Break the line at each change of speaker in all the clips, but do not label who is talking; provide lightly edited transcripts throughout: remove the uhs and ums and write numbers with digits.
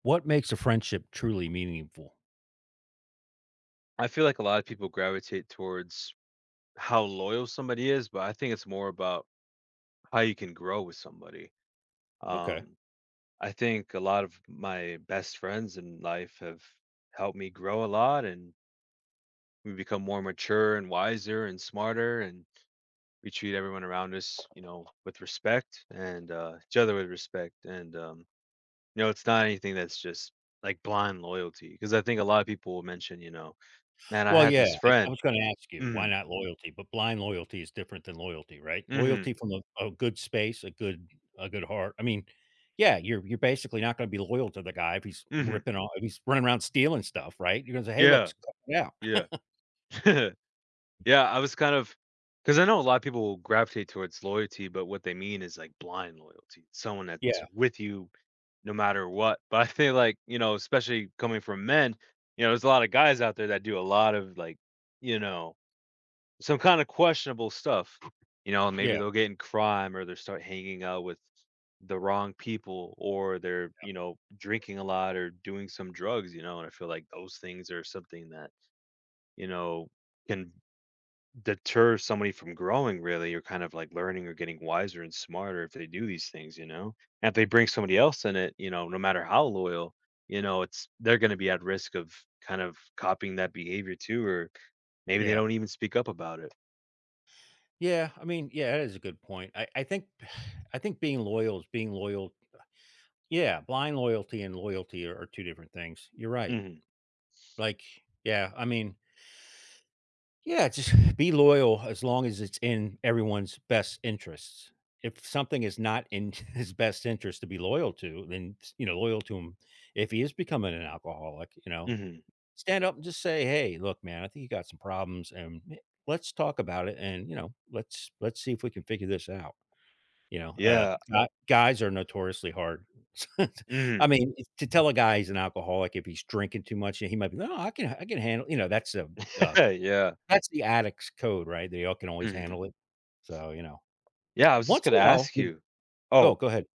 What makes a friendship truly meaningful?
I feel like a lot of people gravitate towards how loyal somebody is, but I think it's more about how you can grow with somebody.
Okay.
Um, I think a lot of my best friends in life have helped me grow a lot and we become more mature and wiser and smarter and we treat everyone around us, you know, with respect and each other with respect. And you know, it's not anything that's just like blind loyalty because I think a lot of people will mention, you know, man, I
Well,
had
yeah,
this
I
friend.
was gonna ask you, why
Mm,
not loyalty? But blind loyalty is different than loyalty, right?
mm,
Loyalty from a good space, a good heart. I mean, yeah, you're basically not gonna be loyal to the guy if he's
mm,
ripping off if he's running around stealing stuff, right? You're gonna say, "Hey, look,
yeah.
s- cut it out."
Yeah. Yeah, I was kind of, because I know a lot of people will gravitate towards loyalty, but what they mean is, like, blind loyalty, someone that's
Yeah,
with you no matter what, but I feel like, you know, especially coming from men, you know, there's a lot of guys out there that do a lot of, like, you know, some kinda questionable stuff, you know,
yeah,
maybe they'll get in crime or they start hanging out with the wrong people or they're, you know, drinking a lot or doing some drugs, you know, and I feel like those things are something that, you know, can deter somebody from growing really or kind of like learning or getting wiser and smarter if they do these things, you know, and if they bring somebody else in it, you know, no matter how loyal, you know, it's they're going to be at risk of kind of copying that behavior too or maybe they
yeah.
don't even speak up about it.
Yeah. I mean, yeah, that is a good point. I think I think being loyal is being loyal. Yeah, blind loyalty and loyalty are two different things. You're right.
hmm
Like, yeah, I mean yeah, just be loyal as long as it's in everyone's best interests. If something is not in his best interest to be loyal to, then you know, loyal to him. If he is becoming an alcoholic, you know,
hmm
stand up and just say, "Hey, look, man, I think you got some problems, and let's talk about it, and you know, let's see if we can figure this out." You know,
yeah.
gu- guys are notoriously hard. I
hmm
mean, to tell a guy he's an alcoholic if he's drinking too much, he might be, "No, I can handle." You know, that's a uh,
yeah.
that's the addict's code, right? They all can always
hmm
handle it. So, you know,
yeah, i was just
once
going
in
to
a while,
ask
you
you
oh,
Oh.
go ahead.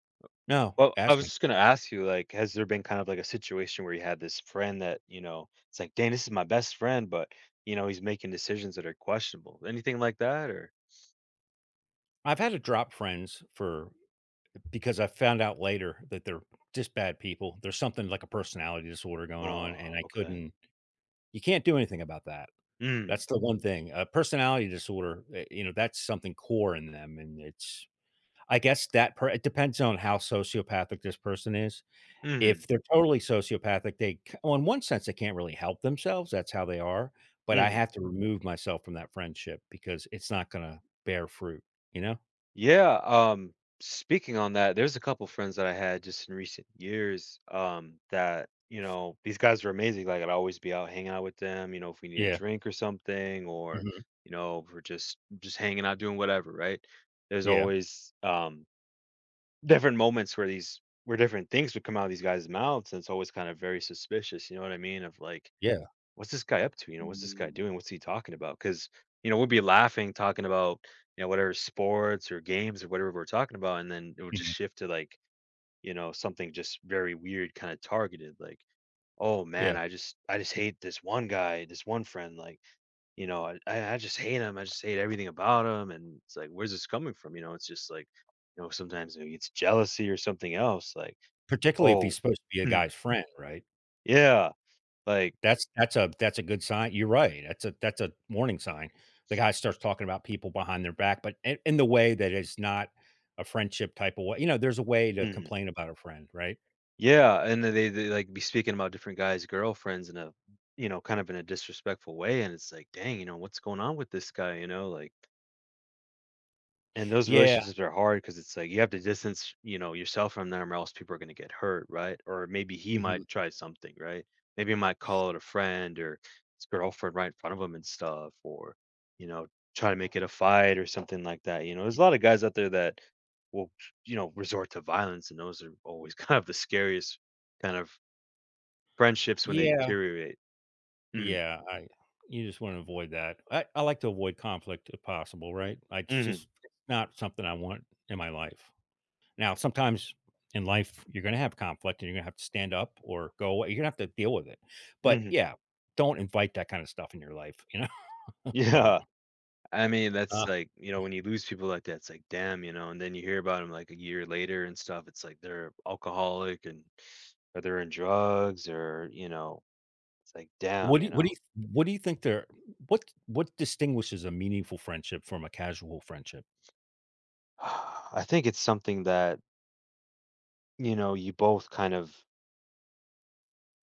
No,
Well, I
ask
was
me.
just gonna ask you, like, has there been kind of like a situation where you had this friend that, you know, it's like, dang, this is my best friend, but you know, he's making decisions that are questionable? Anything like that? Or
I've had to drop friends for because I found out later that they're just bad people. There's something like a personality disorder going on, and
oh,
I
okay.
couldn't you can't do anything about that.
Mm.
That's the one thing. A personality disorder, you know, that's something core in them, and it's I guess that per it depends on how sociopathic this person is.
Mm.
If they're totally sociopathic, they c well, in one sense, they can't really help themselves, that's how they are, but I
Mm.
have to remove myself from that friendship because it's not gonna bear fruit, you know?
Yeah. Speaking on that, there's a couple friends that I had just in recent years, that, you know, these guys were amazing. Like I'd always be out hanging out with them, you know, if we need a
Yeah,
drink or something, or,
mhm,
you know, if we're just hanging out doing whatever, right? There's
yeah,
always different moments where these where different things would come out of these guys' mouths, and it's always kind of very suspicious. You know what I mean? Of like,
yeah,
what's this guy up to? You know, what's this guy doing? What's he talking about? Because you know, we would be laughing, talking about, you know, whatever sports or games or whatever we're talking about, and then it would just
mhm,
shift to like, you know, something just very weird, kind of targeted. Like, oh
yeah,
man, I just hate this one guy, this one friend. Like, you know, I just hate him, I just hate everything about him, and it's like, where's this coming from? You know, it's just like, you know, sometimes maybe it's jealousy or something else, like,
particularly if
"Oh,
he's supposed to be a
mm,
guy's friend, right?
yeah," like,
That's a good sign you're right, that's a warning sign. The guy starts talking about people behind their back, but in the way that is not a friendship type of way you know, there's a way to
"Mm,
complain about a friend, right?
yeah," and then they, like, be speaking about different guys' girlfriends in a, you know, kind of in a disrespectful way, and it's like, "Dang," you know, "what's going on with this guy?" You know, like, and those
Yeah,
relationships are hard because it's like you have to distance, you know, yourself from them, or else people are going to get hurt, right? Or maybe he
mhm,
might try something, right? Maybe he might call out a friend or his girlfriend right in front of him and stuff, or you know, try to make it a fight or something like that. You know, there's a lot of guys out there that will, you know, resort to violence, and those are always kind of the scariest kind of friendships when they
yeah.
deteriorate. Mm-hmm,
Yeah, I you just want to avoid that. I like to avoid conflict if possible, right? I, it's
mm-hmm,
just not something I want in my life. Now, sometimes in life, you're going to have conflict and you're going to have to stand up or go away. You're going to have to deal with it. But
mm-hmm.
yeah, don't invite that kind of stuff in your life. You know, don't.
Yeah. I mean,
Uh,
that's like, you know, when you lose people like that, it's like, damn, you know, and then you hear about them like a year later and stuff. It's like they're alcoholic and or they're in drugs or, you know, it's like,
what
damn,
do
you
you, what do
know.
you what do you think there? What distinguishes a meaningful friendship from a casual friendship?
I think it's something that, you know,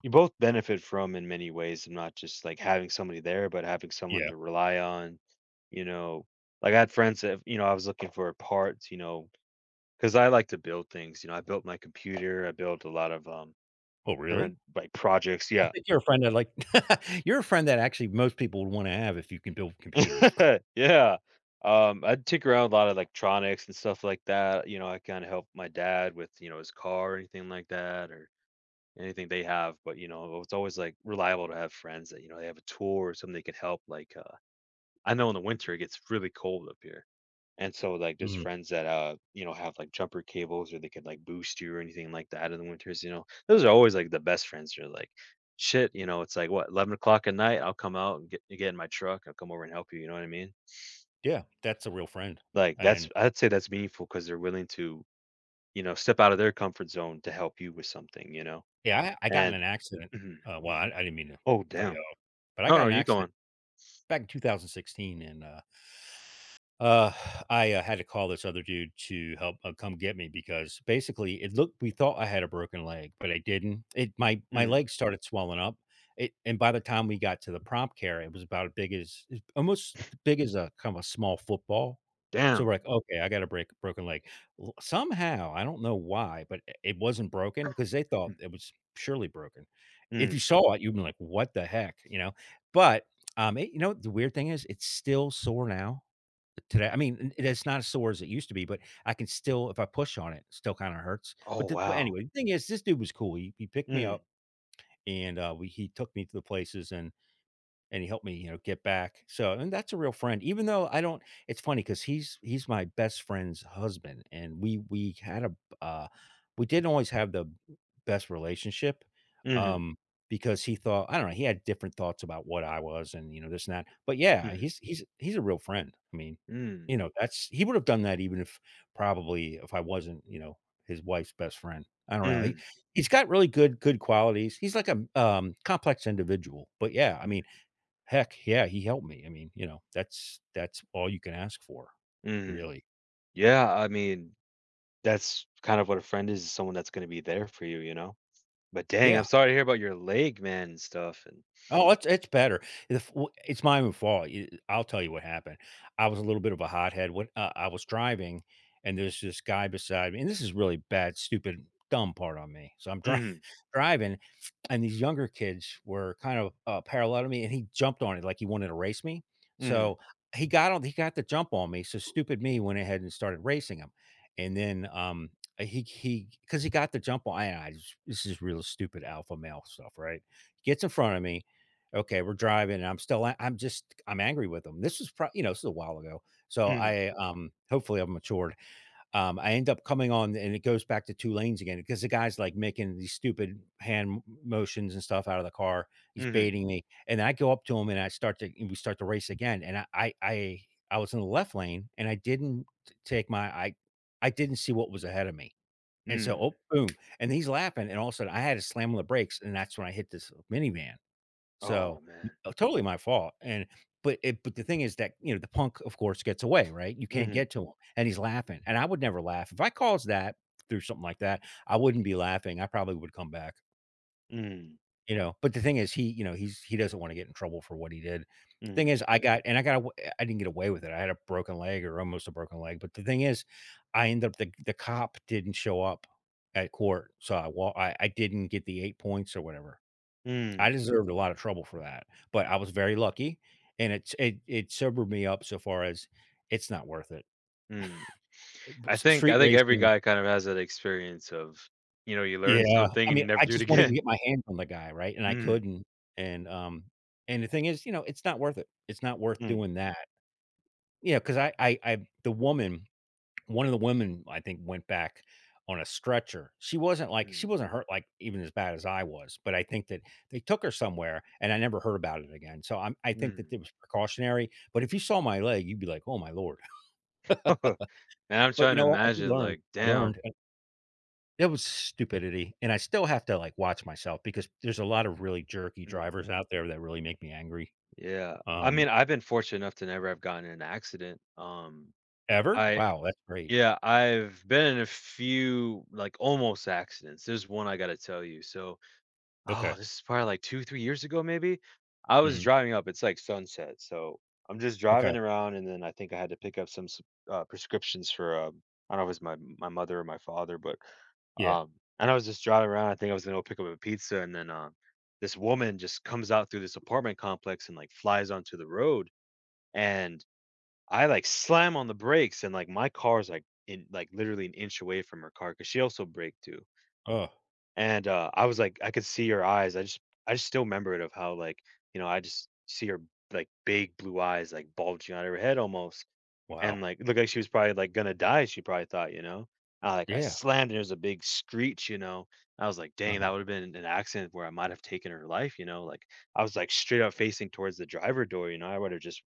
you both benefit from in many ways and not just like having somebody there, but having someone
Yeah.
to rely on, you know. Like I had friends that, you know, I was looking for parts, you know, because I like to build things. You know, I built my computer, I built a lot of
Oh, really?
different like projects.
I
Yeah,
think you're a friend I like. You're a friend that actually most people would want to have if you can build computers.
yeah. I'd tinker around with a lot of electronics and stuff like that. You know, I kind of help my dad with, you know, his car or anything like that or anything they have. But, you know, it's always like reliable to have friends that, you know, they have a tool or something they can help. Like, I know in the winter it gets really cold up here. And so, like, there's friends that, you know, have like jumper cables or they could like boost you or anything like that in the winters. You know, those are always like the best friends. You're like, shit, you know, it's like what, 11 o'clock at night? I'll come out and get in my truck. I'll come over and help you. You know what I mean?
Yeah, that's a real friend,
Like, that's
and
I'd say that's meaningful because 'cause they're willing to, you know, step out of their comfort zone to help you with something, you know?
yeah, I got in
And
an accident,
mhm.
well, I didn't mean to
Oh,
cut you
damn.
off, but I
No,
got
no,
in an
you
accident
going?
back in 2016 and, Uh, I, had to call this other dude to help, come get me because basically it looked we thought I had a broken leg, but I didn't. It my leg
Mm,
started swelling up. It and by the time we got to the prompt care, it was about as big as almost as big as a kind of a small football. So we're
damn.
like, okay, I got a break broken leg. L- Somehow, I don't know why, but I- it wasn't broken because they thought
Mm,
it was surely broken. If you
mm,
saw it, you'd be like, what the heck? You know? But it, you know, the weird thing is it's still sore now today. I
mm.
mean, it's not as sore as it used to be, but I can still, if I push on it, still kind of hurts.
Oh,
But, the, but
wow.
anyway, the thing is, this dude was cool. He picked me
Mm,
up and we, he took me to the places and he helped me, you know, get back. So, and that's a real friend. Even though I don't, it's funny because he's my best friend's husband, and we had a uh, we didn't always have the best relationship,
mhm,
um, because he thought I don't know he had different thoughts about what I was, and you know this and that. But yeah,
mhm,
he's a real friend. I mean,
mm,
you know, that's he would have done that even if probably if I wasn't, you know, his wife's best friend. I don't know. He
mm,
he's got really good qualities. He's like a complex individual, but yeah, I mean
mm,
heck, yeah, he helped me. I mean, you know, that's all you can ask for,
mhm.
really.
Yeah, I mean, that's kind of what a friend is someone that's gonna be there for you, you know? But dang, I'm
Yeah.
sorry to hear about your leg, man, and stuff, and
Oh, it's better. If it's my own fault. Y I'll tell you what happened. I was a little bit of a hothead. What I was driving, and there's this guy beside me, and this is really bad, stupid, dumb part on me. So I'm dri
mhm,
driving, and these younger kids were kind of, parallel to me, and he jumped on it like he wanted to race me.
mhm,
So, he got on he got the jump on me, so stupid me went ahead and started racing him, and then, he because he got the jump on I just this is real stupid alpha male stuff, right? Gets in front of me. Okay, we're driving, and I'm still a I'm just I'm angry with him. This was prob you know, this is a while ago. So
mhm,
I, hopefully I've matured I end up coming on and it goes back to two lanes again because the guy's like making these stupid hand motions and stuff out of the car. He's
mhm,
baiting me. And I go up to him and I start to, and we start to race again. And I was in the left lane and I didn't t- take my, I didn't see what was ahead of me. And so,
mm.
oh, boom. And he's laughing. And all of a sudden I had to slam on the brakes. And that's when I hit this minivan. So,
Oh, man.
totally my fault, and but it but the thing is that, you know, the punk, of course, gets away, right? You can't get
Mhm,
to him, and he's laughing, and I would never laugh. If I caused that through something like that, I wouldn't be laughing. I probably would come back,
mhm,
you know? But the thing is he, you know, he's he doesn't wanna get in trouble for what he did. Thing
mhm.
is, I got and I got awa I didn't get away with it. I had a broken leg or almost a broken leg, but the thing is, I ended up the cop didn't show up at court, so I wa I didn't get the 8 points or whatever. I
Mm,
deserved a lot of trouble for that, but I was very lucky, and it sobered me up so far as it's not worth it.
mm.
B
I
s
think
street
I think every
racing
guy kind of has that experience of, you know, you learn
yeah, I
something and
mean,
you never
I
do it
just wanted to
again.
get my hands on the guy, right, and I
Mm,
couldn't, and, um, and the thing is, you know, it's not worth it. It's not worth
mm,
doing that. You know, because I the woman one of the women, I think, went back on a stretcher. She wasn't like
mm,
she wasn't hurt like even as bad as I was, but I think that they took her somewhere and I never heard about it again. So I'm I think that
mm.
it was precautionary, but if you saw my leg, you'd be like, "Oh my lord."
Man, I'm
But you
trying to
know what? I did
imagine
learn.
like,
I learned.
damn.
And it was stupidity, and I still have to like watch myself because there's a lot of really jerky
Mm,
drivers out there that really make me angry.
yeah. I
Um,
mean, I've been fortunate enough to never have gotten in an accident.
ever?
I
Wow, that's great.
Yeah, I've been in a few like almost accidents. There's one I got to tell you. So,
Okay.
oh, this is probably like 2, 3 years ago maybe? I was
Hmm.
driving up, it's like sunset, so I'm just driving
Okay.
around and then I think I had to pick up some s prescriptions for, I don't know if it's my mother or my father, but,
Yeah.
um and I was just driving around, I think I was gonna go pick up a pizza and then, this woman just comes out through this apartment complex and, like, flies onto the road, and I, like, slam on the brakes and, like, my car's, like, in like, literally an inch away from her car because she also braked too.
Oh,
And, I was like I could see her eyes. I just still remember it of how, like, you know, I just see her, like, big blue eyes, like, bulging out of her head almost,
wow.
and, like, it looked like she was probably, like, gonna die, she probably thought, you know? I, like, I
Yeah.
slammed, and there was a big screech, you know? I was like, "Dang, that
Uh-huh.
would've been an accident where I might have taken her life," you know? Like, I was, like, straight up facing towards the driver door, you know? I would've just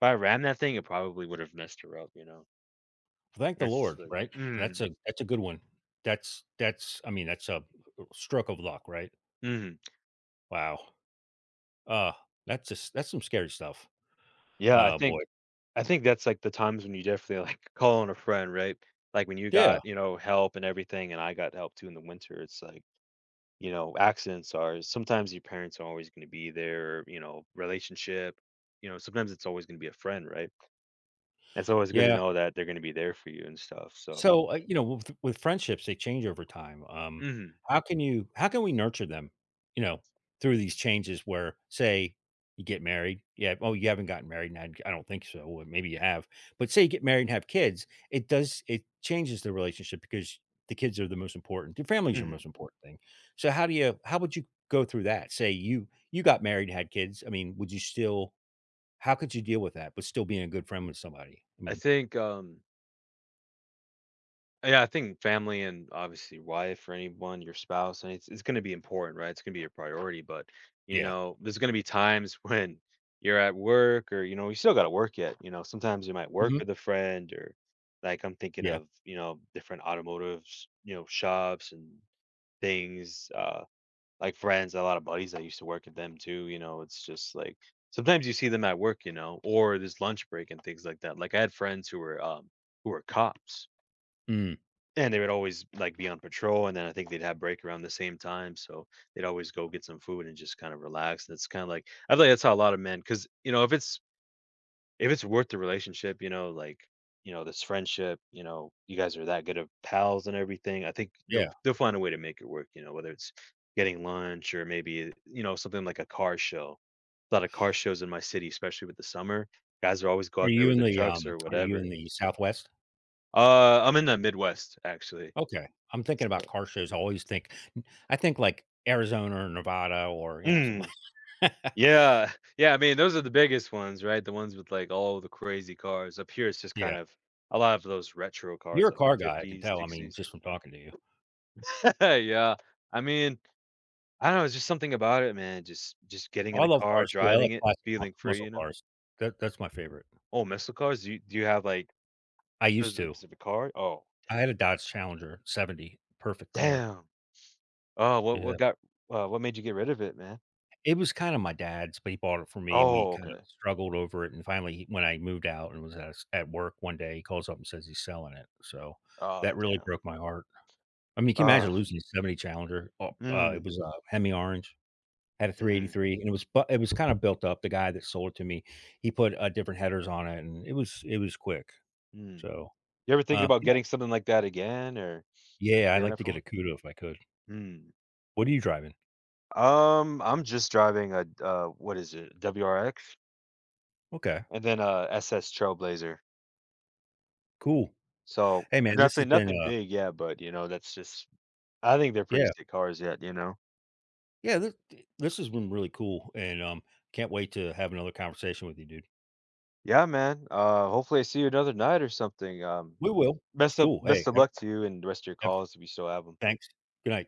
if I rammed that thing, it probably would've messed her up, you know?
Thank the
And it's just
Lord,
like,
right?
mm,
That's a good one. That's I mean, that's a stroke of luck, right?
mhm.
Wow. Uh, that's just that's some scary stuff.
Yeah, I
Oh boy.
think I think that's, like, the times when you definitely, like, call on a friend, right? Like, when you
Yeah.
got, you know, help and everything, and I got help too in the winter, it's like, you know, accidents are sometimes your parents are always gonna be there, you know, relationship, you know, sometimes it's always gonna be a friend, right? It's always good to
Yeah.
know that they're gonna be there for you and stuff, so
So, you know, with friendships, they change over time.
mhm,
How can you, how can we nurture them, you know, through these changes where, say, you get married? Yeah. Oh, you haven't gotten married. And I don't think so. Or maybe you have, but say you get married and have kids, it does, it changes the relationship because the kids are the most important, the families are the
mhm.
most important thing. So, how do you, how would you go through that? Say you, you got married, and had kids. I mean, would you still, how could you deal with that, but still being a good friend with somebody? I
I
mean,
think, um Yeah, I think family and obviously wife or anyone, your spouse, and it's going to be important, right? It's going to be your priority, but you
yeah.
know, there's going to be times when you're at work or you know, you still got to work yet, you know, sometimes you might work
Mhm.
with a friend or like I'm thinking
Yeah.
of, you know, different automotive, you know, shops and things like friends, a lot of buddies that used to work at them too, you know, it's just like sometimes you see them at work, you know, or this lunch break and things like that. Like I had friends who were cops
Mm.
and they would always like be on patrol, and then I think they'd have break around the same time, so they'd always go get some food and just kind of relax. And it's kind of like I feel like that's how a lot of men, because you know, if it's worth the relationship, you know, like you know this friendship, you know, you guys are that good of pals and everything. I think
Yeah.
they'll find a way to make it work. You know, whether it's getting lunch or maybe you know something like a car show. A lot of car shows in my city, especially with the summer. Guys are always go
Are
out there
you
with
in
their
the,
trucks or
are you
whatever.
in the Southwest?
I'm in the Midwest actually,
Okay. I'm thinking about
so.
car shows. I always think I think, like, Arizona or Nevada or, you know, something
Mm.
like
Yeah. Yeah, I mean, those are the biggest ones, right? The ones with, like, all the crazy cars. Up here, it's just
yeah.
kind of a lot of those retro
You're
cars,
a
like,
car guy, I can
50s,
tell, I mean,
60s.
just from talking to you.
Yeah. I mean, I don't know, it's just something about it, man. Just getting in
I
a
love
car,
cars too. I
driving
like
it,
classic mus
feeling free,
muscle
you know?
cars. That's my favorite.
Oh, muscle cars? Do you have, like,
I used
a
to.
specific car? Oh,
I had a Dodge Challenger 70, perfect car.
damn. Oh,
Yeah.
what made you get rid of it, man?
It was kinda my dad's, but he bought it for me, and we
Oh,
kinda
okay.
struggled over it, and finally, he when I moved out and was at work one day, he calls up and says he's selling it, so
Oh,
that really
damn.
broke my heart. I mean, can you imagine
Ah.
losing a '70 Challenger? It
Mm,
was a Hemi orange, had a
mm,
383, and it was kinda built up. The guy that sold it to me, he put, different headers on it, and it was quick.
mm.
So,
You ever thinking
uh,
about
yeah
getting something like that again or
yeah, I'd
saving
like
up
to
for
get a
one?
Cuda if I could.
Hmm.
What are you driving?
I'm just driving a what is it? WRX
Okay,
and then a SS Trailblazer.
cool.
So
Hey, man, this has
nothing,
been,
nothing big, yeah. But you know, that's just I think they're pretty
yeah,
sick cars yet. You know,
yeah, this this has been really cool, and, can't wait to have another conversation with you, dude.
yeah, man. Hopefully I see you another night or something.
We will. Cool.
Best
Hey,
of luck to you and the rest of your
have
calls if you still have them.
thanks. Good night.